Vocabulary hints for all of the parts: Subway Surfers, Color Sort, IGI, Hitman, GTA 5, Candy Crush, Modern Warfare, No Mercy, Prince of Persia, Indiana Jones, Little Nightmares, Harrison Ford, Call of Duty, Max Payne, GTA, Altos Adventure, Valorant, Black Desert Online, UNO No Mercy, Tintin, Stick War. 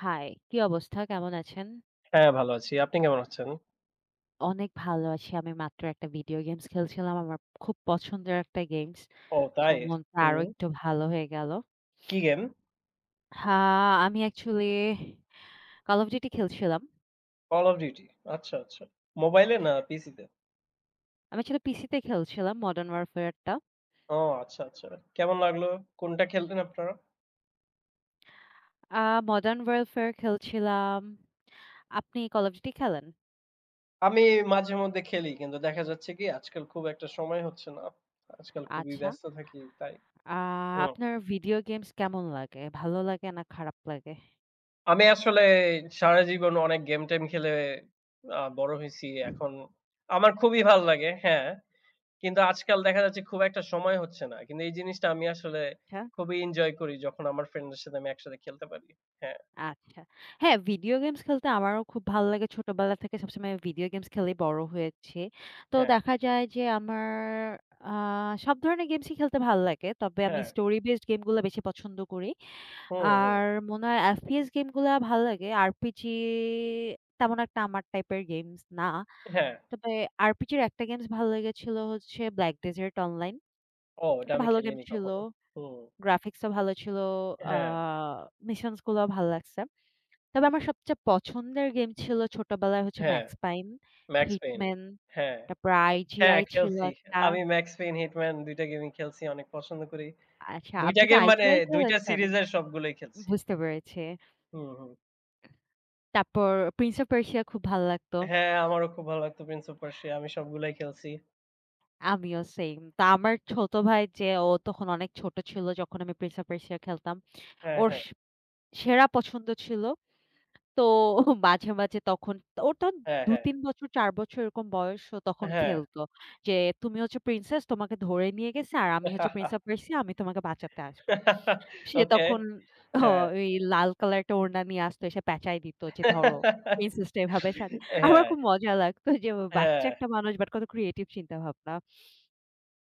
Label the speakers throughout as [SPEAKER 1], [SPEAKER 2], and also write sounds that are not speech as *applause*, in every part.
[SPEAKER 1] High, কি অবস্থা? কেমন আছেন?
[SPEAKER 2] হ্যাঁ, ভালো আছি। আপনি কেমন আছেন?
[SPEAKER 1] অনেক ভালো আছি। আমি মাত্র একটা ভিডিও গেমস খেলছিলাম। আমার খুব পছন্দের একটা গেমস।
[SPEAKER 2] ও
[SPEAKER 1] সো
[SPEAKER 2] তাই?
[SPEAKER 1] মনটা আরো
[SPEAKER 2] হুম।
[SPEAKER 1] একটু ভালো হয়ে গেল।
[SPEAKER 2] কি গেম?
[SPEAKER 1] হ্যাঁ, আমি অ্যাকচুয়ালি Call of Duty খেলছিলাম।
[SPEAKER 2] Call of Duty। আচ্ছা, আচ্ছা। মোবাইলে না পিসিতে?
[SPEAKER 1] আমি আসলে পিসিতে খেলছিলাম Modern Warfare টা।
[SPEAKER 2] ও আচ্ছা, আচ্ছা। কেমন লাগলো? কোনটা খেলতেন আপনারা?
[SPEAKER 1] আ Modern Warfare খেলছিলাম। আপনি Call of Duty খেলেন?
[SPEAKER 2] আমি মাঝে মধ্যে খেলি। কিন্তু দেখা যাচ্ছে কি আজকাল খুব একটা সময় হচ্ছে না। আজকাল খুবই
[SPEAKER 1] আচ্ছা।
[SPEAKER 2] ব্যস্ত থাকি তাই।
[SPEAKER 1] আ
[SPEAKER 2] হুম।
[SPEAKER 1] আপনার ভিডিও গেমস কেমন লাগে? ভালো লাগে না খারাপ লাগে?
[SPEAKER 2] আমি আসলে সারা জীবন অনেক গেম-টেম খেলে বড় হইছি। এখন আমার খুবই ভাল লাগে। হ্যাঁ। কিন্তু আজকাল দেখা যাচ্ছে খুব একটা সময় হচ্ছে না। কিন্তু এই জিনিসটা আমি আসলে
[SPEAKER 1] আচ্ছা।
[SPEAKER 2] খুবই এনজয় করি যখন আমার ফ্রেন্ডদের সাথে আমি একসাথে খেলতে পারি। হ্যাঁ,
[SPEAKER 1] আচ্ছা। হ্যাঁ, ভিডিও গেমস খেলতে আমারও খুব ভালো লাগে। ছোটবেলা থেকে সবসময় ভিডিও গেমস খেলেই বড় হয়েছি। তো
[SPEAKER 2] হ্যাঁ,
[SPEAKER 1] দেখা যায় যে আমার আ সব ধরনের গেমসই খেলতে ভালো লাগে। তবে আমি
[SPEAKER 2] হ্যাঁ।
[SPEAKER 1] স্টোরি বেসড গেমগুলো বেশি পছন্দ করি।
[SPEAKER 2] হুম, হুম।
[SPEAKER 1] আর মনে হয় FPS গেমগুলা ভালো লাগে। RPG তেমন একটা আমার টাইপের গেমস না।
[SPEAKER 2] হ্যাঁ।
[SPEAKER 1] তবে RPG র একটা গেমস ভালো লেগেছিল হচ্ছে 'Black Desert Online'।
[SPEAKER 2] ও এটা
[SPEAKER 1] একটা
[SPEAKER 2] আমি
[SPEAKER 1] ভালো গেম
[SPEAKER 2] খেলিনি
[SPEAKER 1] ছিল।
[SPEAKER 2] কখনো। হুম।
[SPEAKER 1] গ্রাফিক্সও ভালো ছিল। আ
[SPEAKER 2] হ্যাঁ,
[SPEAKER 1] মিশনস গুলাও ভালো লাগছে। তবে আমার সবচেয়ে পছন্দের গেম ছিল ছোটবেলায় হচ্ছে
[SPEAKER 2] হ্যাঁ।
[SPEAKER 1] Max Payne,
[SPEAKER 2] Max Payne।
[SPEAKER 1] Hitman,
[SPEAKER 2] হ্যাঁ,
[SPEAKER 1] তারপর
[SPEAKER 2] হ্যাঁ
[SPEAKER 1] IGI ছিল
[SPEAKER 2] খেলছি।
[SPEAKER 1] একটা।
[SPEAKER 2] আমি Max Payne, Hitman ২ টা গেমই খেলছি। অনেক পছন্দ করি।
[SPEAKER 1] আচ্ছা,
[SPEAKER 2] ২ টা
[SPEAKER 1] আপনি কি
[SPEAKER 2] গেম মানে
[SPEAKER 1] IGI
[SPEAKER 2] ২ টা
[SPEAKER 1] খেলেছেন?
[SPEAKER 2] সিরিজের সবগুলোই খেলছি।
[SPEAKER 1] বুঝতে পেরেছি।
[SPEAKER 2] হুম, হুম।
[SPEAKER 1] তারপর Prince of Persia খুব ভালো লাগতো।
[SPEAKER 2] হ্যাঁ, আমারও খুব ভালো লাগতো Prince of Persia। আমি সবগুলাই খেলছি।
[SPEAKER 1] আমিও সেইম। তো আমার ছোট ভাই যে ও তখন অনেক ছোট ছিল যখন আমি Prince of Persia খেলতাম।
[SPEAKER 2] হ্যাঁ,
[SPEAKER 1] ওর
[SPEAKER 2] হ্যাঁ,
[SPEAKER 1] স সেরা পছন্দ ছিল তো মাঝে, মাঝে তখন ওর তখন
[SPEAKER 2] হ্যাঁ, হ্যাঁ,
[SPEAKER 1] ২-৩ বছর ৪ বছর এরকম বয়স ও তখন
[SPEAKER 2] হ্যাঁ।
[SPEAKER 1] খেলতো। যে তুমি হচ্ছে প্রিন্সেস তোমাকে ধরে নিয়ে গেছে আর আমি হচ্ছে প্রিন্স অফ পার্সিয়া আমি তোমাকে বাঁচাতে আসবো।
[SPEAKER 2] *laughs*
[SPEAKER 1] সে
[SPEAKER 2] ওকে।
[SPEAKER 1] তখন হ
[SPEAKER 2] হ্যাঁ।
[SPEAKER 1] ওই লাল কালার একটা ওড়না নিয়ে আসতো এসে পেঁচায় দিত যে ধরো প্রিন্সেসটা এভাবে সাজে। আমার
[SPEAKER 2] হ্যাঁ,
[SPEAKER 1] খুব মজা লাগতো যে
[SPEAKER 2] হ্যাঁ,
[SPEAKER 1] বাচ্চা একটা মানুষ বাট কত ক্রিয়েটিভ চিন্তা ভাবনা।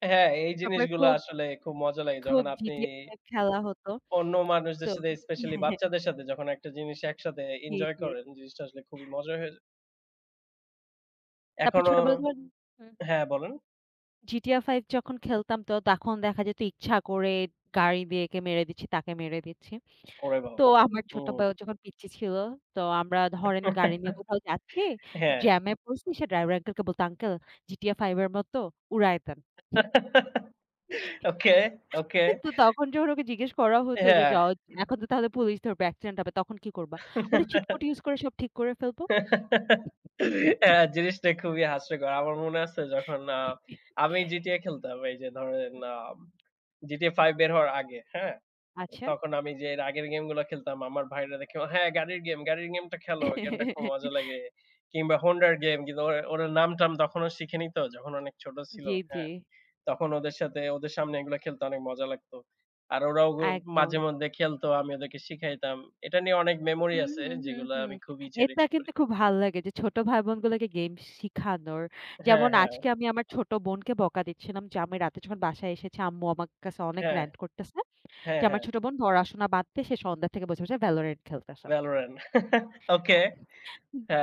[SPEAKER 2] হ্যাঁ, এই
[SPEAKER 1] তারপরে
[SPEAKER 2] জিনিসগুলো
[SPEAKER 1] খুব,
[SPEAKER 2] আসলে খুব মজা লাগে। যখন
[SPEAKER 1] খুব
[SPEAKER 2] আপনি
[SPEAKER 1] GTA টাইপ খেলা হতো।
[SPEAKER 2] অন্য
[SPEAKER 1] তো
[SPEAKER 2] মানুষদের সাথে স্পেশালি
[SPEAKER 1] হ্যাঁ, হ্যাঁ,
[SPEAKER 2] বাচ্চাদের সাথে যখন একটা জিনিস একসাথে
[SPEAKER 1] জি,
[SPEAKER 2] এনজয়
[SPEAKER 1] জি।
[SPEAKER 2] করেন, জিনিসটা আসলে খুবই মজা হয়ে যায়।
[SPEAKER 1] তারপরে
[SPEAKER 2] এখনো
[SPEAKER 1] ছোটবেলায় ধরেন হুম।
[SPEAKER 2] হ্যাঁ, বলেন?
[SPEAKER 1] GTA 5 যখন খেলতাম তো তখন দেখা যেত ইচ্ছা করে গাড়ি দিয়ে একে মেরে দিচ্ছি, তাকে মেরে দিচ্ছি।
[SPEAKER 2] ওরে
[SPEAKER 1] তো
[SPEAKER 2] বাবা!
[SPEAKER 1] আমার ছোট
[SPEAKER 2] হুম।
[SPEAKER 1] ভাইও যখন পিচ্চি ছিল, তো আমরা ধরেন গাড়ি নিয়ে কোথাও যাচ্ছি,
[SPEAKER 2] হ্যাঁ।
[SPEAKER 1] জ্যামে পড়ছি, সে ড্রাইভার আঙ্কেলকে বলতো, "আঙ্কেল GTA 5 এর মতো উড়ায় দেন।" *laughs*
[SPEAKER 2] ওকে, ওকে।
[SPEAKER 1] তো তখন যখন ওকে জিজ্ঞেস করা হতো যে,
[SPEAKER 2] হ্যাঁ।
[SPEAKER 1] " এখন তো তাহলে পুলিশ ধরবে, অ্যাক্সিডেন্ট হবে, তখন কি করবা? বলে, "চিট কোড ইউজ করে সব ঠিক করে ফেলবো।"
[SPEAKER 2] হ্যাঁ, জিনিসটা খুবই হাস্যকর। আমার মনে আছে যখন
[SPEAKER 1] *laughs*
[SPEAKER 2] আমি GTA খেলতাম এই যে ধরেন GTA 5 বের হওয়ার আগে, হ্যাঁ?
[SPEAKER 1] আচ্ছা।
[SPEAKER 2] তখন আমি যে এর আগের গেমগুলা খেলতাম, আমার ভাইরা দেখে, "হ্যাঁ, গাড়ির গেম, গাড়ির গেমটা খেলো। গেমটা খুব মজা লাগে।" কিংবা হোন্ডার গেম কিন্তু ওরা ওরা নাম-টাম তখনও শিখেনি তো, যখন অনেক ছোট ছিল।
[SPEAKER 1] জি, জি।
[SPEAKER 2] হ্যাঁ? তখন ওদের সাথে ওদের সামনে এগুলা খেলতে অনেক মজা লাগতো। আর ওরাও
[SPEAKER 1] একদম।
[SPEAKER 2] মাঝেমধ্যে খেলতো, আমি ওদেরকে শিখাইতাম। এটা নিয়ে অনেক মেমোরি
[SPEAKER 1] হুম,
[SPEAKER 2] আছে
[SPEAKER 1] হুম, হুম,
[SPEAKER 2] যেগুলা
[SPEAKER 1] হুম।
[SPEAKER 2] আমি খুবই চেরিশ
[SPEAKER 1] এটা কিন্তু
[SPEAKER 2] করি।
[SPEAKER 1] খুব ভাল লাগে যে ছোট ভাই-বোনগুলোকে গেম শিখানোর।
[SPEAKER 2] হ্যাঁ,
[SPEAKER 1] যেমন
[SPEAKER 2] হ্যাঁ,
[SPEAKER 1] আজকে আমি আমার ছোট বোনকে বকা দিচ্ছিলাম যে আমি রাতে যখন বাসায় এসেছি আম্মু আমার কাছে অনেক
[SPEAKER 2] হ্যাঁ,
[SPEAKER 1] র‍্যান্ট করতেছে
[SPEAKER 2] হ্যাঁ,
[SPEAKER 1] যে আমার
[SPEAKER 2] হ্যাঁ,
[SPEAKER 1] ছোট বোন পড়াশোনা বাদ দিয়ে সে সন্ধ্যা থেকে বসে Valorant খেলতেছে।
[SPEAKER 2] ভ্যালরেন্ট। *laughs* ওকে।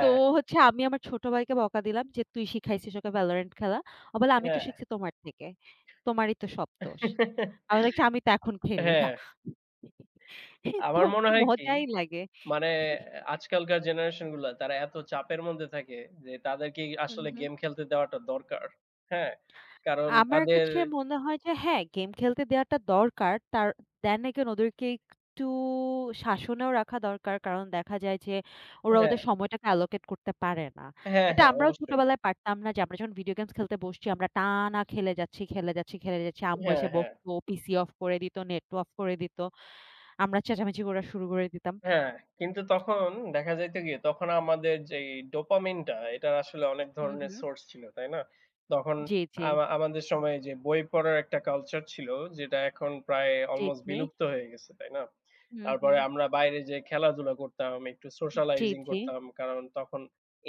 [SPEAKER 1] তো হচ্ছে আমি আমার ছোট ভাইকে বকা দিলাম যে, "তুই শিখাইছিস ওকে Valorant খেলা।" ও বলে, "আমি তো
[SPEAKER 2] হ্যাঁ।
[SPEAKER 1] শিখছি তোমার থেকে। তোমারই তো সব দোষ।"
[SPEAKER 2] *laughs*
[SPEAKER 1] আমি বলছি, "আমি তো এখন খেলি না।"
[SPEAKER 2] হ্যাঁ,
[SPEAKER 1] তো
[SPEAKER 2] আমার মনে হয় কি
[SPEAKER 1] মজাই লাগে।
[SPEAKER 2] মানে আজকালকার জেনারেশন গুলা তারা এত চাপের মধ্যে থাকে যে তাদেরকে
[SPEAKER 1] হুম,
[SPEAKER 2] আসলে
[SPEAKER 1] হুম।
[SPEAKER 2] গেম খেলতে দেওয়াটা দরকার। হ্যাঁ? কারণ
[SPEAKER 1] আমার
[SPEAKER 2] তাদের
[SPEAKER 1] কাছে মনে হয় যে হ্যাঁ, গেম খেলতে দেওয়াটা দরকার। তার then again ওদেরকে একটু শাসনেও রাখা দরকার। কারণ দেখা যায় যে ওরা
[SPEAKER 2] হ্যাঁ,
[SPEAKER 1] ওদের সময়টাকে allocate করতে পারে না।
[SPEAKER 2] হ্যাঁ,
[SPEAKER 1] এটা
[SPEAKER 2] হ্যাঁ
[SPEAKER 1] আমরাও
[SPEAKER 2] অবশ্যই।
[SPEAKER 1] ছোটবেলায় পারতাম না যে আমরা যখন ভিডিও গেমস খেলতে বসছি আমরা টানা খেলে যাচ্ছি, খেলে যাচ্ছি, খেলে যাচ্ছি। আম্মু
[SPEAKER 2] হ্যাঁ,
[SPEAKER 1] এসে
[SPEAKER 2] হ্যাঁ।
[SPEAKER 1] বকতো, পিসি অফ করে দিত, নেট অফ করে দিত। আমরা চেঁচামেচি করা শুরু করে দিতাম।
[SPEAKER 2] হ্যাঁ, কিন্তু তখন দেখা যাইত কি? তখন আমাদের যেই ডোপামিনটা এটার আসলে অনেক
[SPEAKER 1] হুম,
[SPEAKER 2] ধরনের
[SPEAKER 1] হুম।
[SPEAKER 2] সোর্স ছিল, তাই না? তখন
[SPEAKER 1] জি, জি,
[SPEAKER 2] আমাদের সময়ে যে বই পড়ার একটা কালচার ছিল যেটা এখন প্রায়
[SPEAKER 1] জি,
[SPEAKER 2] অলমোস্ট
[SPEAKER 1] জি।
[SPEAKER 2] বিলুপ্ত হয়ে গেছে, তাই না?
[SPEAKER 1] হুম,
[SPEAKER 2] তারপরে
[SPEAKER 1] হুম।
[SPEAKER 2] আমরা বাইরে যেয়ে খেলাধুলা করতাম, একটু
[SPEAKER 1] জি,
[SPEAKER 2] সোশ্যালাইজিং
[SPEAKER 1] জি,
[SPEAKER 2] করতাম। কারণ তখন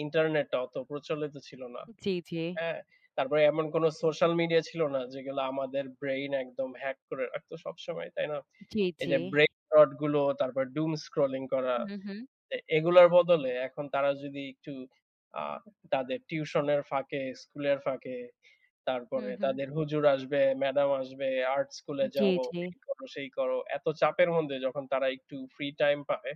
[SPEAKER 2] ইন্টারনেটটা অত প্রচলিত ছিল না।
[SPEAKER 1] জি, জি,
[SPEAKER 2] হ্যাঁ? তারপরে এমন কোন সোশ্যাল মিডিয়া ছিল না যেগুলো আমাদের ব্রেইন একদম হ্যাক করে রাখতো সবসময়, তাই না?
[SPEAKER 1] জি,
[SPEAKER 2] এই
[SPEAKER 1] জি।
[SPEAKER 2] যে ব্রেইন রট গুলো তারপর doom scrolling করা।
[SPEAKER 1] হুম, হুম,
[SPEAKER 2] এগুলোর বদলে এখন তারা যদি একটু আ তাদের টিউশনের ফাঁকে, স্কুলের ফাঁকে,
[SPEAKER 1] হুম,
[SPEAKER 2] তারপরে
[SPEAKER 1] হুম।
[SPEAKER 2] তাদের হুজুর আসবে, ম্যাডাম আসবে, আর্ট স্কুলে
[SPEAKER 1] জি,
[SPEAKER 2] যাও,
[SPEAKER 1] জি।
[SPEAKER 2] এই করো, সেই করো। এত চাপের মধ্যে যখন তারা একটু ফ্রি টাইম পায়,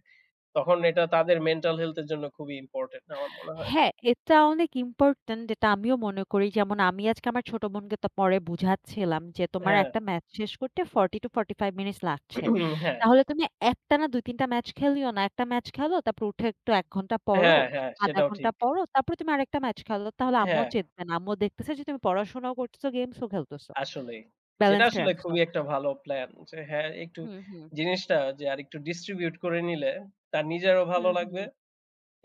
[SPEAKER 2] তখন এটা তাদের মেন্টাল হেলথ এর জন্য খুবই ইম্পোর্টেন্ট আমার মনে হয়।
[SPEAKER 1] হ্যাঁ, এটা অনেক ইম্পোর্টেন্ট যেটা আমিও মনে করি। যেমন আমি আজকে আমার ছোট বোনকে তো পরে বুঝাচ্ছিলাম যে, "তোমার
[SPEAKER 2] হ্যাঁ,
[SPEAKER 1] একটা ম্যাচ শেষ করতে 40-45 মিনিটস লাগছে।
[SPEAKER 2] *clears throat* হ্যাঁ,
[SPEAKER 1] তাহলে তুমি একটানা ২-৩ টা ম্যাচ খেলিও না। একটা ম্যাচ খেলো, তারপর উঠে একটু ১ ঘন্টা পড়ো,
[SPEAKER 2] হ্যাঁ, হ্যাঁ,
[SPEAKER 1] ০.৫
[SPEAKER 2] সেটাও
[SPEAKER 1] ঘন্টা
[SPEAKER 2] ঠিক।
[SPEAKER 1] পড়ো, তারপরে তুমি আরেকটা ম্যাচ খেলো। তাহলে আম্মুও
[SPEAKER 2] হ্যাঁ,
[SPEAKER 1] চেতবে না। আম্মুও দেখতেছে যে তুমি পড়াশোনাও করতেছো, গেমসও খেলতেছো।
[SPEAKER 2] আসলেই। সেটা
[SPEAKER 1] ব্যালেন্সড
[SPEAKER 2] আসলে
[SPEAKER 1] রাখছো।"
[SPEAKER 2] খুবই একটা ভালো প্ল্যান যে হ্যাঁ, একটু
[SPEAKER 1] হুম, হুম।
[SPEAKER 2] জিনিসটা যে আরেকটু ডিস্ট্রিবিউট করে নিলে তার নিজেরও ভালো
[SPEAKER 1] হুম, হুম।
[SPEAKER 2] লাগবে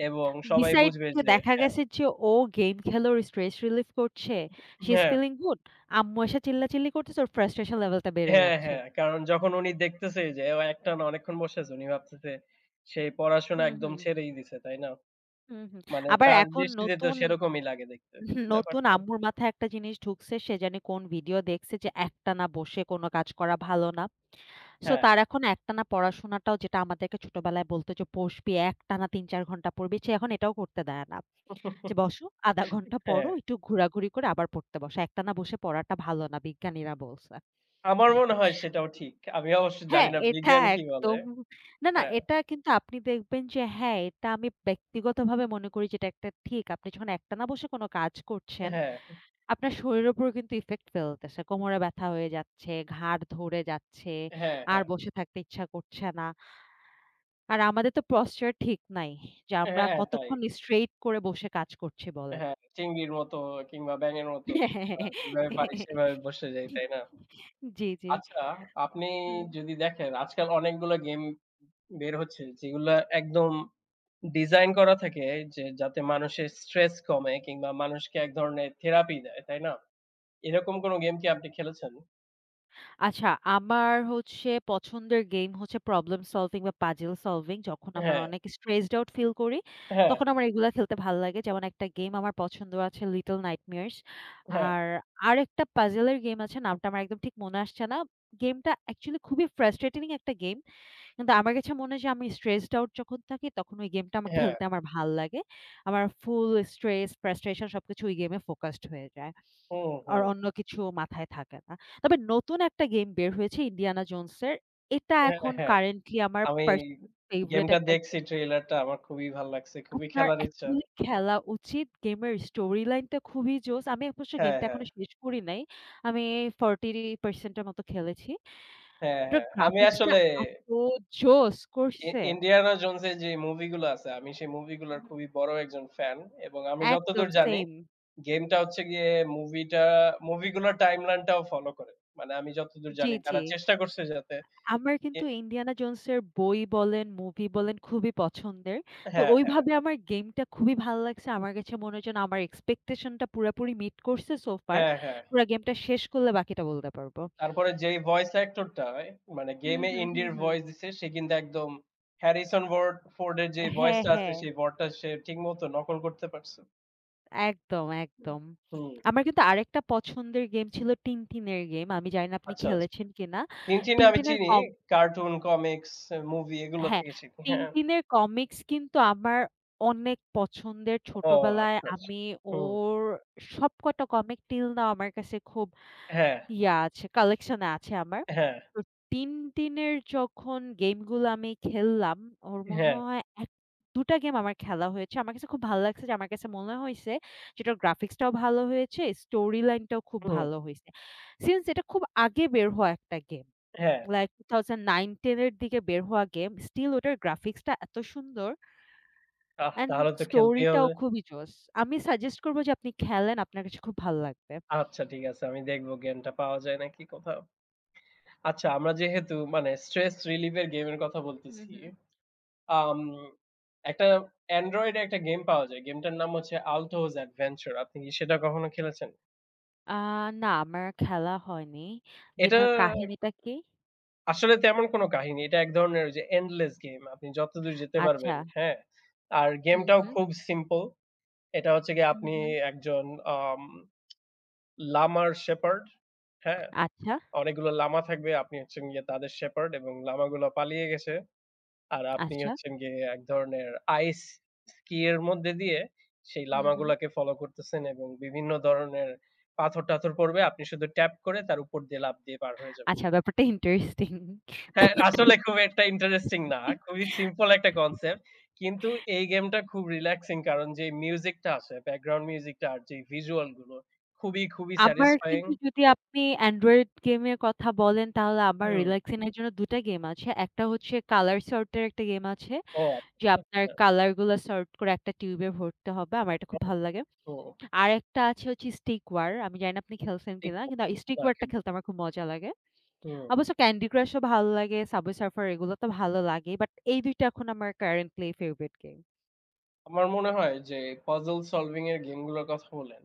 [SPEAKER 2] এবং সবাই
[SPEAKER 1] Besides
[SPEAKER 2] বুঝবে
[SPEAKER 1] যে
[SPEAKER 2] যে
[SPEAKER 1] দেখা
[SPEAKER 2] হ্যাঁ,
[SPEAKER 1] গেছে যে ও গেম খেলে ওর স্ট্রেস রিলিফ করছে, শি ইজ
[SPEAKER 2] হ্যাঁ,
[SPEAKER 1] ফিলিং গুড। আম্মু এসে চিল্লাচিল্লি করতেছে, ওর frustration লেভেলটা বেড়ে
[SPEAKER 2] হ্যাঁ,
[SPEAKER 1] যাচ্ছে।
[SPEAKER 2] হ্যাঁ। কারণ যখন উনি দেখতেছে যে ও একটানা অনেকক্ষণ বসে আছে উনি ভাবতেছে সে পড়াশোনা
[SPEAKER 1] হুম,
[SPEAKER 2] একদম
[SPEAKER 1] হুম।
[SPEAKER 2] ছেড়েই দিছে, তাই না?
[SPEAKER 1] হুম, হুম।
[SPEAKER 2] মানে
[SPEAKER 1] আবার
[SPEAKER 2] তার
[SPEAKER 1] এখন
[SPEAKER 2] দৃষ্টিতে তো
[SPEAKER 1] নতুন
[SPEAKER 2] সেরকমই লাগে দেখতে।
[SPEAKER 1] *laughs* নতুন
[SPEAKER 2] ব্যাপারটা
[SPEAKER 1] আম্মুর মাথায় একটা জিনিস ঢুকছে, সে জানি কোন ভিডিও দেখছে যে একটানা বসে কোন কাজ করা ভালো না। সো
[SPEAKER 2] হ্যাঁ।
[SPEAKER 1] তার এখন একটানা পড়াশোনাটাও যেটা আমাদেরকে ছোটবেলায় বলতো যে বসবি একটানা ৩-৪ ঘন্টা পড়বি, সে এখন এটাও করতে দেয় না। যে বসো, ০.৫ ঘন্টা পড়ো,
[SPEAKER 2] হ্যাঁ,
[SPEAKER 1] একটু ঘোরাঘুরি করে আবার পড়তে বসো। একটানা বসে পড়াটা ভালো না, বিজ্ঞানীরা বলছে।
[SPEAKER 2] আমার মনে হয় সেটাও ঠিক। আমি অবশ্য জানি
[SPEAKER 1] হ্যাঁ,
[SPEAKER 2] না
[SPEAKER 1] এটা
[SPEAKER 2] বিজ্ঞান কি বলে।
[SPEAKER 1] একদম না, না
[SPEAKER 2] হ্যাঁ,
[SPEAKER 1] এটা কিন্তু আপনি দেখবেন যে হ্যাঁ, এটা আমি ব্যক্তিগতভাবে মনে করি যে এটা একটা ঠিক। আপনি যখন একটানা বসে কোনো কাজ করছেন,
[SPEAKER 2] হ্যাঁ,
[SPEAKER 1] আপনার শরীরের উপর কিন্তু ইফেক্ট ফেলতেছে। কোমরে ব্যথা হয়ে যাচ্ছে, ঘাড় ধরে যাচ্ছে,
[SPEAKER 2] হ্যাঁ, হ্যাঁ।
[SPEAKER 1] আর বসে থাকতে ইচ্ছা করছে না। আর আমাদের তো posture ঠিক নাই। যে
[SPEAKER 2] হ্যাঁ,
[SPEAKER 1] আমরা
[SPEAKER 2] হ্যাঁ, তাই।
[SPEAKER 1] কতক্ষণ স্ট্রেইট করে বসে কাজ করছি বলেন।
[SPEAKER 2] হ্যাঁ, চিংড়ির মতো কিংবা ব্যাঙের মতো যেভাবে পারি সেভাবে
[SPEAKER 1] *laughs*
[SPEAKER 2] বসে যাই, তাই না?
[SPEAKER 1] জি, জি।
[SPEAKER 2] আচ্ছা, আপনি
[SPEAKER 1] হুম।
[SPEAKER 2] যদি দেখেন আজকাল অনেকগুলো গেম বের হচ্ছে যেগুলা একদম ডিজাইন করা থাকে যে যাতে মানুষের স্ট্রেস কমে কিংবা মানুষকে এক ধরনের থেরাপি দেয়, তাই না? এরকম কোন গেম কি আপনি খেলেছেন?
[SPEAKER 1] আচ্ছা, আমার হচ্ছে পছন্দের গেম হচ্ছে প্রবলেম সলভিং বা পাজল সলভিং। যখন আমার
[SPEAKER 2] হ্যাঁ,
[SPEAKER 1] অনেক স্ট্রেসড আউট ফিল করি,
[SPEAKER 2] হ্যাঁ,
[SPEAKER 1] তখন আমার এগুলা খেলতে ভাল লাগে। যেমন একটা গেম আমার পছন্দ আছে 'লিটল নাইটমেয়ারস'।
[SPEAKER 2] হ্যাঁ,
[SPEAKER 1] আর আরেকটা পাজলের গেম আছে, নামটা আমার একদম ঠিক মনে আসছে না। গেমটা অ্যাকচুয়ালি খুবই ফ্রাস্ট্রেটিং একটা গেম। কিন্তু আমার কাছে মনে হয় যে আমি স্ট্রেসড আউট যখন থাকি, তখন ওই গেমটা আমার
[SPEAKER 2] হ্যাঁ।
[SPEAKER 1] খেলতে আমার ভাল লাগে। আমার ফুল স্ট্রেস, ফ্রাস্ট্রেশন সবকিছু ওই গেমে ফোকাসড হয়ে যায়।
[SPEAKER 2] হুম,
[SPEAKER 1] আর
[SPEAKER 2] হুম।
[SPEAKER 1] অন্য কিছু মাথায় থাকে না। তবে নতুন একটা গেম বের হয়েছে 'ইন্ডিয়ানা জোনস' এর। এটা
[SPEAKER 2] হ্যাঁ,
[SPEAKER 1] এখন
[SPEAKER 2] হ্যাঁ।
[SPEAKER 1] কারেন্টলি আমার
[SPEAKER 2] আমি
[SPEAKER 1] ফেভারাইট
[SPEAKER 2] গেমটা
[SPEAKER 1] একটা গেম।
[SPEAKER 2] দেখছি ট্রেইলারটা আমার খুবই ভাল লাগছে। খুবই
[SPEAKER 1] আপনার
[SPEAKER 2] খেলার ইচ্ছা।
[SPEAKER 1] অ্যাকচুয়ালি খেলা উচিত। গেমের স্টোরি লাইনটা খুবই জোস। আমি অবশ্য
[SPEAKER 2] হ্যাঁ,
[SPEAKER 1] গেমটা
[SPEAKER 2] হ্যাঁ।
[SPEAKER 1] এখনো শেষ করি নাই। আমি 40% এর মতো খেলেছি।
[SPEAKER 2] হ্যাঁ,
[SPEAKER 1] ওটার
[SPEAKER 2] হ্যাঁ। আমি
[SPEAKER 1] গ্রাফিক্সটা
[SPEAKER 2] আসলে
[SPEAKER 1] এত জোস করছে।
[SPEAKER 2] ইন্ডিয়ানা জোনস এর যে মুভিগুলো আছে, আমি সেই মুভিগুলোর
[SPEAKER 1] হুম, হুম।
[SPEAKER 2] খুবই বড় একজন ফ্যান এবং আমি
[SPEAKER 1] একদম
[SPEAKER 2] যতদূর জানি
[SPEAKER 1] সেইম।
[SPEAKER 2] গেমটা হচ্ছে গিয়ে মুভিটা মুভিগুলোর টাইমলাইনটাও ফলো করে। মানে আমি যতদূর
[SPEAKER 1] জি,
[SPEAKER 2] জানি
[SPEAKER 1] জি।
[SPEAKER 2] তারা চেষ্টা করছে যাতে
[SPEAKER 1] আমার
[SPEAKER 2] এ
[SPEAKER 1] কিন্তু 'ইন্ডিয়ানা জোনস' এর বই বলেন, মুভি বলেন খুবই পছন্দের। তো
[SPEAKER 2] হ্যাঁ, হ্যাঁ,
[SPEAKER 1] ওইভাবে আমার গেমটা খুবই ভাল লাগছে। আমার কাছে মনে হয় যেন আমার এক্সপেকটেশন টা পুরাপুরি মিট করছে সো ফার।
[SPEAKER 2] হ্যাঁ, হ্যাঁ।
[SPEAKER 1] পুরা গেমটা শেষ করলে বাকিটা বলতে পারব।
[SPEAKER 2] তারপরে যেই ভয়েস অ্যাক্টরটা মানে
[SPEAKER 1] হুম,
[SPEAKER 2] গেমে
[SPEAKER 1] হুম, হুম,
[SPEAKER 2] ইন্ডির
[SPEAKER 1] হুম।
[SPEAKER 2] ভয়েস দিছে সে কিন্তু একদম হ্যারিসন বোর্ড ফোর্ড এর যে
[SPEAKER 1] হ্যাঁ,
[SPEAKER 2] ভয়েসটা আছে
[SPEAKER 1] হ্যাঁ।
[SPEAKER 2] সেই ভয়েসটা সে ঠিকমতো নকল করতে পারছে।
[SPEAKER 1] একদম, একদম।
[SPEAKER 2] হুম,
[SPEAKER 1] আমার কিন্তু আরেকটা পছন্দের গেম ছিল 'টিনটিনের' গেম। আমি জানি না আপনি
[SPEAKER 2] আচ্ছা, আচ্ছা।
[SPEAKER 1] খেলেছেন কিনা?
[SPEAKER 2] টিনটিন আমি
[SPEAKER 1] 'টিনটিনের'
[SPEAKER 2] চিনি।
[SPEAKER 1] কম
[SPEAKER 2] কার্টুন, কমিক্স, এ মুভি এগুলো
[SPEAKER 1] হ্যাঁ,
[SPEAKER 2] থেকে চিনি। হ্যাঁ।
[SPEAKER 1] টিনটিনের কমিক্স কিন্তু আমার অনেক পছন্দের।
[SPEAKER 2] ও
[SPEAKER 1] ছোটবেলায়
[SPEAKER 2] আচ্ছা, আচ্ছা।
[SPEAKER 1] আমি
[SPEAKER 2] হুম।
[SPEAKER 1] ওর সবকটা কমিক till now আমার কাছে খুব
[SPEAKER 2] হ্যাঁ,
[SPEAKER 1] ইয়া আছে, কালেকশন এ আছে আমার।
[SPEAKER 2] হ্যাঁ,
[SPEAKER 1] তো টিনটিনের যখন গেমগুলো আমি খেললাম, ওর মনে
[SPEAKER 2] হ্যাঁ।
[SPEAKER 1] হয় ১-২ টা গেম আমার খেলা হয়েছে। আমার কাছে খুব ভালো লাগছে যে আমার কাছে মনে হইছে যে এটার গ্রাফিক্সটাও ভালো হয়েছে, স্টোরি লাইনটাও খুব
[SPEAKER 2] হুম,
[SPEAKER 1] ভালো হইছে। সিন্স এটা খুব আগে বের হওয়া একটা গেম।
[SPEAKER 2] হ্যাঁ।
[SPEAKER 1] লাইক 2009-10 এর দিকে বের হওয়া গেম, স্টিল ওটার গ্রাফিক্সটা এত সুন্দর
[SPEAKER 2] আহ!
[SPEAKER 1] অ্যান্ড
[SPEAKER 2] তাহলে তো খেলতেই
[SPEAKER 1] স্টোরিটাও
[SPEAKER 2] হবে।
[SPEAKER 1] খুবই জোস। আমি সাজেস্ট করব যে আপনি খেলেন, আপনার কাছে খুব ভালো লাগবে।
[SPEAKER 2] আচ্ছা ঠিক আছে। আমি দেখব গেমটা পাওয়া যায় নাকি কোথাও। আচ্ছা আমরা যেহেতু মানে স্ট্রেস রিলিভ এর গেমের কথা
[SPEAKER 1] হুম,
[SPEAKER 2] বলতেছি।
[SPEAKER 1] হুম।
[SPEAKER 2] আম একটা অ্যান্ড্রয়েডে একটা গেম পাওয়া যায়। গেমটার নাম হচ্ছে Altos Adventure। আপনি কি সেটা কখনো খেলেছেন?
[SPEAKER 1] আ না আমার খেলা হয়নি।
[SPEAKER 2] এটা
[SPEAKER 1] গেমের কাহিনীটা কি?
[SPEAKER 2] আসলে তেমন কোনো কাহিনী। এটা এক ধরনের ওই যে endless গেম। আপনি যতদূর যেতে
[SPEAKER 1] আচ্ছা।
[SPEAKER 2] পারবেন, হ্যাঁ? আর
[SPEAKER 1] হুম,
[SPEAKER 2] গেমটাও
[SPEAKER 1] হুম।
[SPEAKER 2] খুব সিম্পল। এটা হচ্ছে গিয়ে
[SPEAKER 1] হুম,
[SPEAKER 2] আপনি
[SPEAKER 1] হুম।
[SPEAKER 2] একজন আম লামার শেপার্ড, হ্যাঁ?
[SPEAKER 1] আচ্ছা,
[SPEAKER 2] অনেকগুলো লামা থাকবে। আপনি হচ্ছেন গিয়ে তাদের শেপার্ড এবং লামাগুলো পালিয়ে গেছে। আর আপনি
[SPEAKER 1] আচ্ছা।
[SPEAKER 2] হচ্ছেন গিয়ে এক ধরনের আইস স্কি এর মধ্যে দিয়ে সেই
[SPEAKER 1] হুম, হুম।
[SPEAKER 2] লামাগুলাকে ফলো করতেছেন এবং বিভিন্ন ধরনের পাথর-টাথর পড়বে। আপনি শুধু ট্যাপ করে তার উপর দিয়ে লাফ দিয়ে পার হয়ে যাবেন।
[SPEAKER 1] আচ্ছা ব্যাপারটা ইন্টারেস্টিং।
[SPEAKER 2] হ্যাঁ, আসলে খুব একটা ইন্টারেস্টিং না। খুবই সিম্পল একটা কনসেপ্ট। কিন্তু এই গেমটা খুব রিল্যাক্সিং কারণ যে মিউজিকটা আসে, ব্যাকগ্রাউন্ড মিউজিকটা আর যে ভিজুয়াল গুলো খুবই, খুবই
[SPEAKER 1] আমার
[SPEAKER 2] স্যাটিসফাইং।
[SPEAKER 1] কিন্তু যদি আপনি অ্যান্ড্রয়েড গেমের কথা বলেন, তাহলে আমার
[SPEAKER 2] হুম।
[SPEAKER 1] রিল্যাক্সিং এর জন্য ২ টা গেম আছে। একটা হচ্ছে কালার সর্ট এর একটা গেম আছে।
[SPEAKER 2] ও
[SPEAKER 1] যে
[SPEAKER 2] আচ্ছা,
[SPEAKER 1] আপনার
[SPEAKER 2] আচ্ছা।
[SPEAKER 1] কালার গুলা সর্ট করে একটা টিউবে ভরতে হবে। আমার এটা খুব ভালো লাগে।
[SPEAKER 2] হুম।
[SPEAKER 1] আরেকটা আছে হচ্ছে স্টিক ওয়ার। আমি জানি না আপনি খেলছেন
[SPEAKER 2] ঠিক।
[SPEAKER 1] কিনা? কিন্তু স্টিক
[SPEAKER 2] না
[SPEAKER 1] ওয়ার টা
[SPEAKER 2] খেলবো।
[SPEAKER 1] খেলতে আমার খুব মজা লাগে।
[SPEAKER 2] হুম।
[SPEAKER 1] অবশ্য ক্যান্ডি ক্রাশ ও ভালো লাগে, সাবওয়ে সার্ফার এগুলো তো ভালো লাগেই। বাট এই ২ টা এখন আমার কারেন্টলি ফেভারিট গেম।
[SPEAKER 2] আমার মনে হয় যে puzzle solving এর গেমগুলোর কথা বললেন,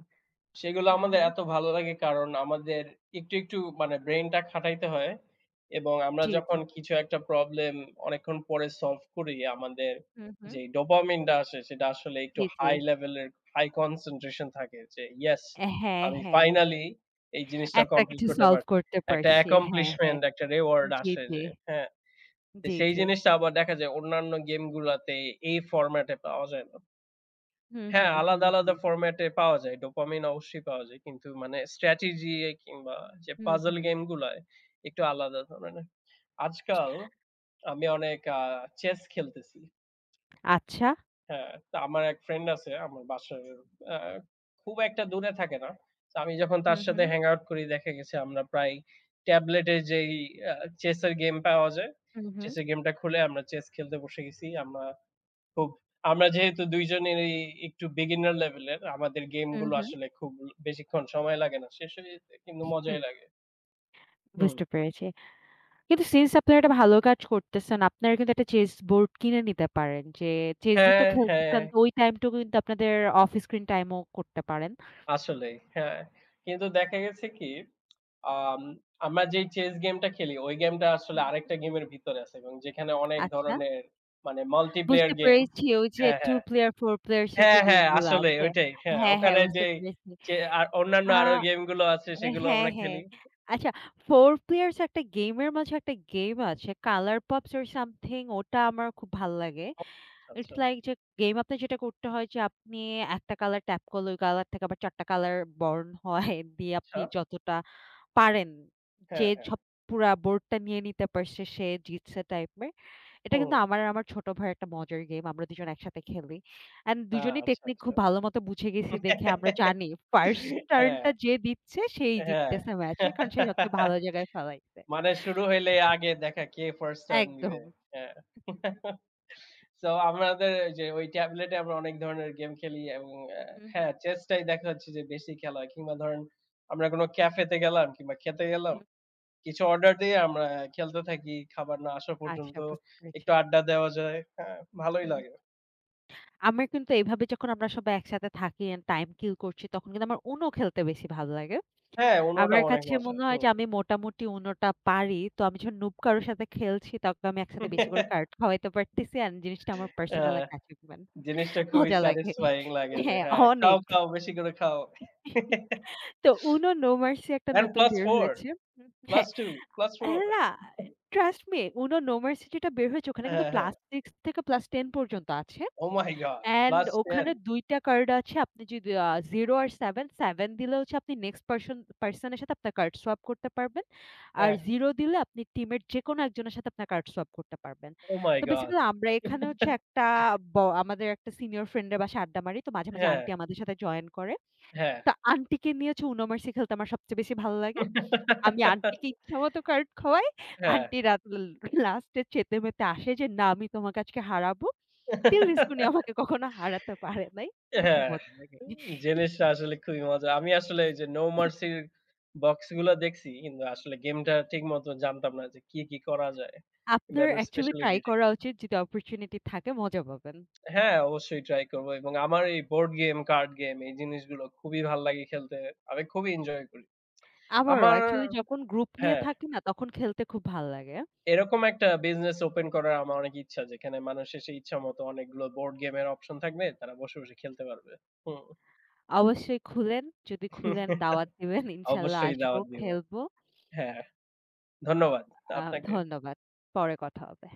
[SPEAKER 2] সেগুলো
[SPEAKER 1] হুম,
[SPEAKER 2] আমাদের
[SPEAKER 1] হুম।
[SPEAKER 2] এত ভালো লাগে কারণ আমাদের একটু, একটু মানে ব্রেইনটা খাটাইতে হয় এবং আমরা
[SPEAKER 1] জি, জি।
[SPEAKER 2] যখন কিছু একটা প্রবলেম অনেকক্ষণ পরে সলভ করি, আমাদের
[SPEAKER 1] হুম, হুম।
[SPEAKER 2] যে ডোপামিনটা আসে সেটা আসলে একটু
[SPEAKER 1] জি, জি।
[SPEAKER 2] হাই লেভেলের হাই কনসেনট্রেশন থাকে যে, "ইয়েস!
[SPEAKER 1] হ্যাঁ,
[SPEAKER 2] আমি
[SPEAKER 1] হ্যাঁ।
[SPEAKER 2] ফাইনালি এই জিনিসটা
[SPEAKER 1] একটা
[SPEAKER 2] কমপ্লিট
[SPEAKER 1] কিছু
[SPEAKER 2] করতে
[SPEAKER 1] সলভ
[SPEAKER 2] পারছি।"
[SPEAKER 1] করতে
[SPEAKER 2] একটা
[SPEAKER 1] পারছি। হ্যাঁ, হ্যাঁ।
[SPEAKER 2] accomplishment, একটা রিওয়ার্ড
[SPEAKER 1] জি,
[SPEAKER 2] আসে
[SPEAKER 1] জি,
[SPEAKER 2] যে, হ্যাঁ? তো
[SPEAKER 1] জি,
[SPEAKER 2] সেই
[SPEAKER 1] জি।
[SPEAKER 2] জিনিসটা আবার দেখা যায় অন্যান্য গেমগুলাতে এই ফরম্যাটে পাওয়া যায় না।
[SPEAKER 1] হুম,
[SPEAKER 2] হ্যাঁ,
[SPEAKER 1] হুম, হুম,
[SPEAKER 2] আলাদা,
[SPEAKER 1] হুম,
[SPEAKER 2] আলাদা ফরম্যাটে পাওয়া যায়। ডোপামিন অবশ্যই পাওয়া যায়। কিন্তু মানে স্ট্র্যাটেজি কিংবা যে
[SPEAKER 1] হুম,
[SPEAKER 2] পাজল
[SPEAKER 1] হুম।
[SPEAKER 2] গেম গুলায় একটু আলাদা ধরনের। আজকাল আমি অনেক চেস খেলতেছি।
[SPEAKER 1] আচ্ছা।
[SPEAKER 2] হ্যাঁ, তো আমার এক ফ্রেন্ড আছে আমার বাসার আ খুব একটা দূরে থাকে না। তো আমি যখন তার
[SPEAKER 1] হুম,
[SPEAKER 2] সাথে
[SPEAKER 1] হুম,
[SPEAKER 2] হ্যাং আউট করি দেখা গেছে আমরা প্রায় ট্যাবলেটে যেই আ চেসের গেম পাওয়া যায়,
[SPEAKER 1] হুম, হুম,
[SPEAKER 2] চেসের গেমটা খুলে আমরা চেস খেলতে বসে গেছি। আমরা খুব আমরা যেহেতু দুইজনেরই একটু beginner level এর, আমাদের
[SPEAKER 1] হুম,
[SPEAKER 2] গেমগুলো
[SPEAKER 1] হুম,
[SPEAKER 2] আসলে খুব বেশিক্ষণ সময় লাগে না। শেষ হয়ে যেতে কিন্তু
[SPEAKER 1] হুম।
[SPEAKER 2] মজাই লাগে। হুম।
[SPEAKER 1] বুঝতে পেরেছি। কিন্তু সিন্স আপনারা একটা ভালো কাজ করতেছেন, আপনারা কিন্তু একটা চেস বোর্ড কিনে নিতে পারেন। যে চেসই তো
[SPEAKER 2] হ্যাঁ, হ্যাঁ,
[SPEAKER 1] খেলতেছেন তো ওই টাইমটুকু কিন্তু আপনাদের অফ স্ক্রিন টাইম ও করতে পারেন।
[SPEAKER 2] আসলেই। হ্যাঁ। কিন্তু দেখা গেছে কি, আম আমরা যেই চেস গেমটা খেলি, ওই গেমটা আসলে
[SPEAKER 1] হুম,
[SPEAKER 2] আরেকটা গেমের ভিতরে আছে এবং যেখানে অনেক
[SPEAKER 1] আচ্ছা।
[SPEAKER 2] ধরনের মানে multiplayer
[SPEAKER 1] বুঝতে
[SPEAKER 2] গেম।
[SPEAKER 1] পেরেছি ওই যে
[SPEAKER 2] হ্যাঁ,
[SPEAKER 1] 2
[SPEAKER 2] হ্যাঁ।
[SPEAKER 1] প্লেয়ার 4 প্লেয়ার্স এর যে
[SPEAKER 2] হ্যাঁ,
[SPEAKER 1] গেম
[SPEAKER 2] হ্যাঁ,
[SPEAKER 1] গুলো
[SPEAKER 2] আসলেই
[SPEAKER 1] আছে।
[SPEAKER 2] ওইটাই। হ্যাঁ,
[SPEAKER 1] হ্যাঁ, হ্যাঁ
[SPEAKER 2] ওখানে
[SPEAKER 1] বুঝতে
[SPEAKER 2] যেই
[SPEAKER 1] পেরেছি।
[SPEAKER 2] যে আর অন্যান্য
[SPEAKER 1] আ
[SPEAKER 2] আরো গেমগুলো আছে
[SPEAKER 1] অ্যা
[SPEAKER 2] সেগুলো
[SPEAKER 1] হ্যাঁ,
[SPEAKER 2] আমরা
[SPEAKER 1] হ্যাঁ।
[SPEAKER 2] খেলি।
[SPEAKER 1] আচ্ছা 4 Players একটা গেমের মাঝে একটা গেম আছে কালার পপস অর সামথিং ওটা আমার খুব ভাল লাগে।
[SPEAKER 2] ও আচ্ছা,
[SPEAKER 1] ইটস
[SPEAKER 2] আচ্ছা।
[SPEAKER 1] লাইক যে গেম আপনার যেটা করতে হয় যে আপনি একটা কালার ট্যাপ করলে ওই কালার থেকে আবার ৪ টা কালার বর্ণ হয় দিয়ে আপনি
[SPEAKER 2] আচ্ছা।
[SPEAKER 1] যতটা পারেন যে
[SPEAKER 2] হ্যাঁ, হ্যাঁ।
[SPEAKER 1] সব পুরা বোর্ডটা নিয়ে নিতে পারছে সে জিতছে টাইপের। এটা
[SPEAKER 2] হুম।
[SPEAKER 1] কিন্তু আমার আর আমার ছোট ভাইয়ের একটা মজার গেম। আমরা দুজন একসাথে খেলি। অ্যান্ড
[SPEAKER 2] হ্যাঁ,
[SPEAKER 1] দুজনেই
[SPEAKER 2] আচ্ছা,
[SPEAKER 1] টেকনিক খুব
[SPEAKER 2] আচ্ছা।
[SPEAKER 1] ভালো মতো বুঝে গেছি দেখে আমরা জানি ফার্স্ট
[SPEAKER 2] হ্যাঁ,
[SPEAKER 1] টার্নটা যে দিচ্ছে সেই
[SPEAKER 2] হ্যাঁ।
[SPEAKER 1] জিততেছে ম্যাচে। কারণ সে সবচেয়ে ভালো জায়গায় ফেলাইছে।
[SPEAKER 2] মানে শুরু হইলে আগে দেখা কে ফার্স্ট টার্ন নিবে।
[SPEAKER 1] একদম।
[SPEAKER 2] হ্যাঁ। সো আমাদের ওই যে ওই ট্যাবলেটে আমরা অনেক ধরনের গেম খেলি এবং
[SPEAKER 1] হুম, হুম,
[SPEAKER 2] হ্যাঁ, চেসটাই দেখা যাচ্ছে যে বেশি খেলা হয়। কিংবা ধরেন আমরা কোনো ক্যাফেতে গেলাম কিংবা খেতে গেলাম।
[SPEAKER 1] হুম।
[SPEAKER 2] কিছু অর্ডার দিয়ে আমরা খেলতে থাকি। খাবার না আসা পর্যন্ত
[SPEAKER 1] আচ্ছা বুঝতে
[SPEAKER 2] একটু
[SPEAKER 1] পেরেছি।
[SPEAKER 2] আড্ডা দেওয়া যায়। হ্যাঁ, ভালোই
[SPEAKER 1] হুম।
[SPEAKER 2] লাগে।
[SPEAKER 1] আমার কিন্তু এভাবে যখন আমরা সবাই একসাথে থাকি অ্যান্ড টাইম কিল করছি তখন কিন্তু আমার UNO খেলতে বেশি ভালো লাগে।
[SPEAKER 2] হ্যাঁ, অন্যটা
[SPEAKER 1] আমার
[SPEAKER 2] অনেক
[SPEAKER 1] কাছে
[SPEAKER 2] মজা।
[SPEAKER 1] মনে হয় যে
[SPEAKER 2] হুম।
[SPEAKER 1] আমি মোটামুটি UNO টা পারি। তো আমি যখন নুব কারো সাথে খেলছি তাকে আমি একসাথে বেশি করে কার্ড
[SPEAKER 2] *laughs*
[SPEAKER 1] খাওয়াইতে পারতেছি অ্যান্ড জিনিসটা আমার পার্সোনাল
[SPEAKER 2] হ্যাঁ।
[SPEAKER 1] একটা অ্যাচিভমেন্ট।
[SPEAKER 2] জিনিসটা খুবই
[SPEAKER 1] মজা লাগে।
[SPEAKER 2] স্যাটিসফাইং লাগে যে
[SPEAKER 1] হ্যাঁ,
[SPEAKER 2] হ্যাঁ, খাও,
[SPEAKER 1] অনেক।
[SPEAKER 2] খাও বেশি করে খাও।
[SPEAKER 1] তো UNO No Mercy একটা
[SPEAKER 2] And
[SPEAKER 1] নতুন বের
[SPEAKER 2] +4,
[SPEAKER 1] হয়েছে। হুম, হ্যাঁ।
[SPEAKER 2] +2,
[SPEAKER 1] আ
[SPEAKER 2] +4।
[SPEAKER 1] না, trust me UNO No Mercy যেটা বের হয়েছে ওখানে
[SPEAKER 2] হ্যাঁ,
[SPEAKER 1] কিন্তু
[SPEAKER 2] হ্যাঁ।
[SPEAKER 1] ক্লাস 6 থেকে ক্লাস 10 পর্যন্ত আছে।
[SPEAKER 2] Oh my god!
[SPEAKER 1] অ্যান্ড
[SPEAKER 2] +10।
[SPEAKER 1] ওখানে ২ টা কার্ড আছে। আপনি যদি 0 আর 7 দিলে হচ্ছে আপনি নেক্সট পারসন পারসন এর সাথে আপনার কার্ড সোয়াপ করতে পারবেন। আর
[SPEAKER 2] হ্যাঁ,
[SPEAKER 1] 0 দিলে আপনি টিমের যেকোনো একজনের সাথে আপনার কার্ড সোয়াপ করতে পারবেন।
[SPEAKER 2] oh my
[SPEAKER 1] তো
[SPEAKER 2] god!
[SPEAKER 1] বেসিক্যালি আমরা এখানে হচ্ছে একটা ব আমাদের একটা সিনিয়র ফ্রেন্ড এর বাসায় আড্ডা মারি। তো মাঝে, মাঝে
[SPEAKER 2] হ্যাঁ,
[SPEAKER 1] আন্টি আমাদের সাথে জয়েন করে।
[SPEAKER 2] হ্যাঁ।
[SPEAKER 1] তো আন্টিকে নিয়ে হচ্ছে UNO মার্সি খেলতে আমার সবচেয়ে বেশি ভালো লাগে। আমি আন্টিকে ইচ্ছামত কার্ড খাওয়াই।
[SPEAKER 2] হ্যাঁ,
[SPEAKER 1] আন্টি রাত ল লাস্টে চেতেমেতে আসে যে, "না, আমি তোমাকে আজকে হারাবো।" till this উনি আমাকে কখনো হারাতে পারে নাই। কিন্তু খুব
[SPEAKER 2] হ্যাঁ।
[SPEAKER 1] মজা লাগে।
[SPEAKER 2] জিনিসটা আসলে খুবই মজা। আমি আসলে এই যে No Mercy র বক্সগুলা দেখছি কিন্তু আসলে গেমটা ঠিক মতো জানতাম না যে কি, কি করা যায়? বা
[SPEAKER 1] আপনার
[SPEAKER 2] এটার
[SPEAKER 1] অ্যাকচুয়ালি ট্রাই
[SPEAKER 2] স্পেশালিটিটা
[SPEAKER 1] করা
[SPEAKER 2] কি?
[SPEAKER 1] উচিত যদি অপরচুনিটি থাকে মজা পাবেন।
[SPEAKER 2] হ্যাঁ, অবশ্যই ট্রাই করব এবং আমার এই বোর্ড গেম, কার্ড গেম এই জিনিসগুলো খুবই ভাল লাগে খেলতে। আমি খুবই এনজয় করি।
[SPEAKER 1] আমারও
[SPEAKER 2] আমার
[SPEAKER 1] অ্যাকচুয়ালি যখন গ্রুপ নিয়ে
[SPEAKER 2] হ্যাঁ,
[SPEAKER 1] থাকি না তখন খেলতে খুব ভাল লাগে।
[SPEAKER 2] এরকম একটা বিজনেস ওপেন করার আমার অনেক ইচ্ছা যেখানে মানুষ এসে ইচ্ছামত অনেকগুলো বোর্ড গেমের অপশন থাকবে। তারা বসে, বসে খেলতে পারবে। হুম।
[SPEAKER 1] অবশ্যই খুলেন, যদি খুলেন
[SPEAKER 2] *laughs*
[SPEAKER 1] দাওয়াত দিবেন ইনশাল্লাহ
[SPEAKER 2] অবশ্যই
[SPEAKER 1] আসবো,
[SPEAKER 2] দাওয়াত দিব।
[SPEAKER 1] খেলবো।
[SPEAKER 2] হ্যাঁ, ধন্যবাদ
[SPEAKER 1] আ
[SPEAKER 2] আপনাকে।
[SPEAKER 1] ধন্যবাদ। পরে কথা হবে।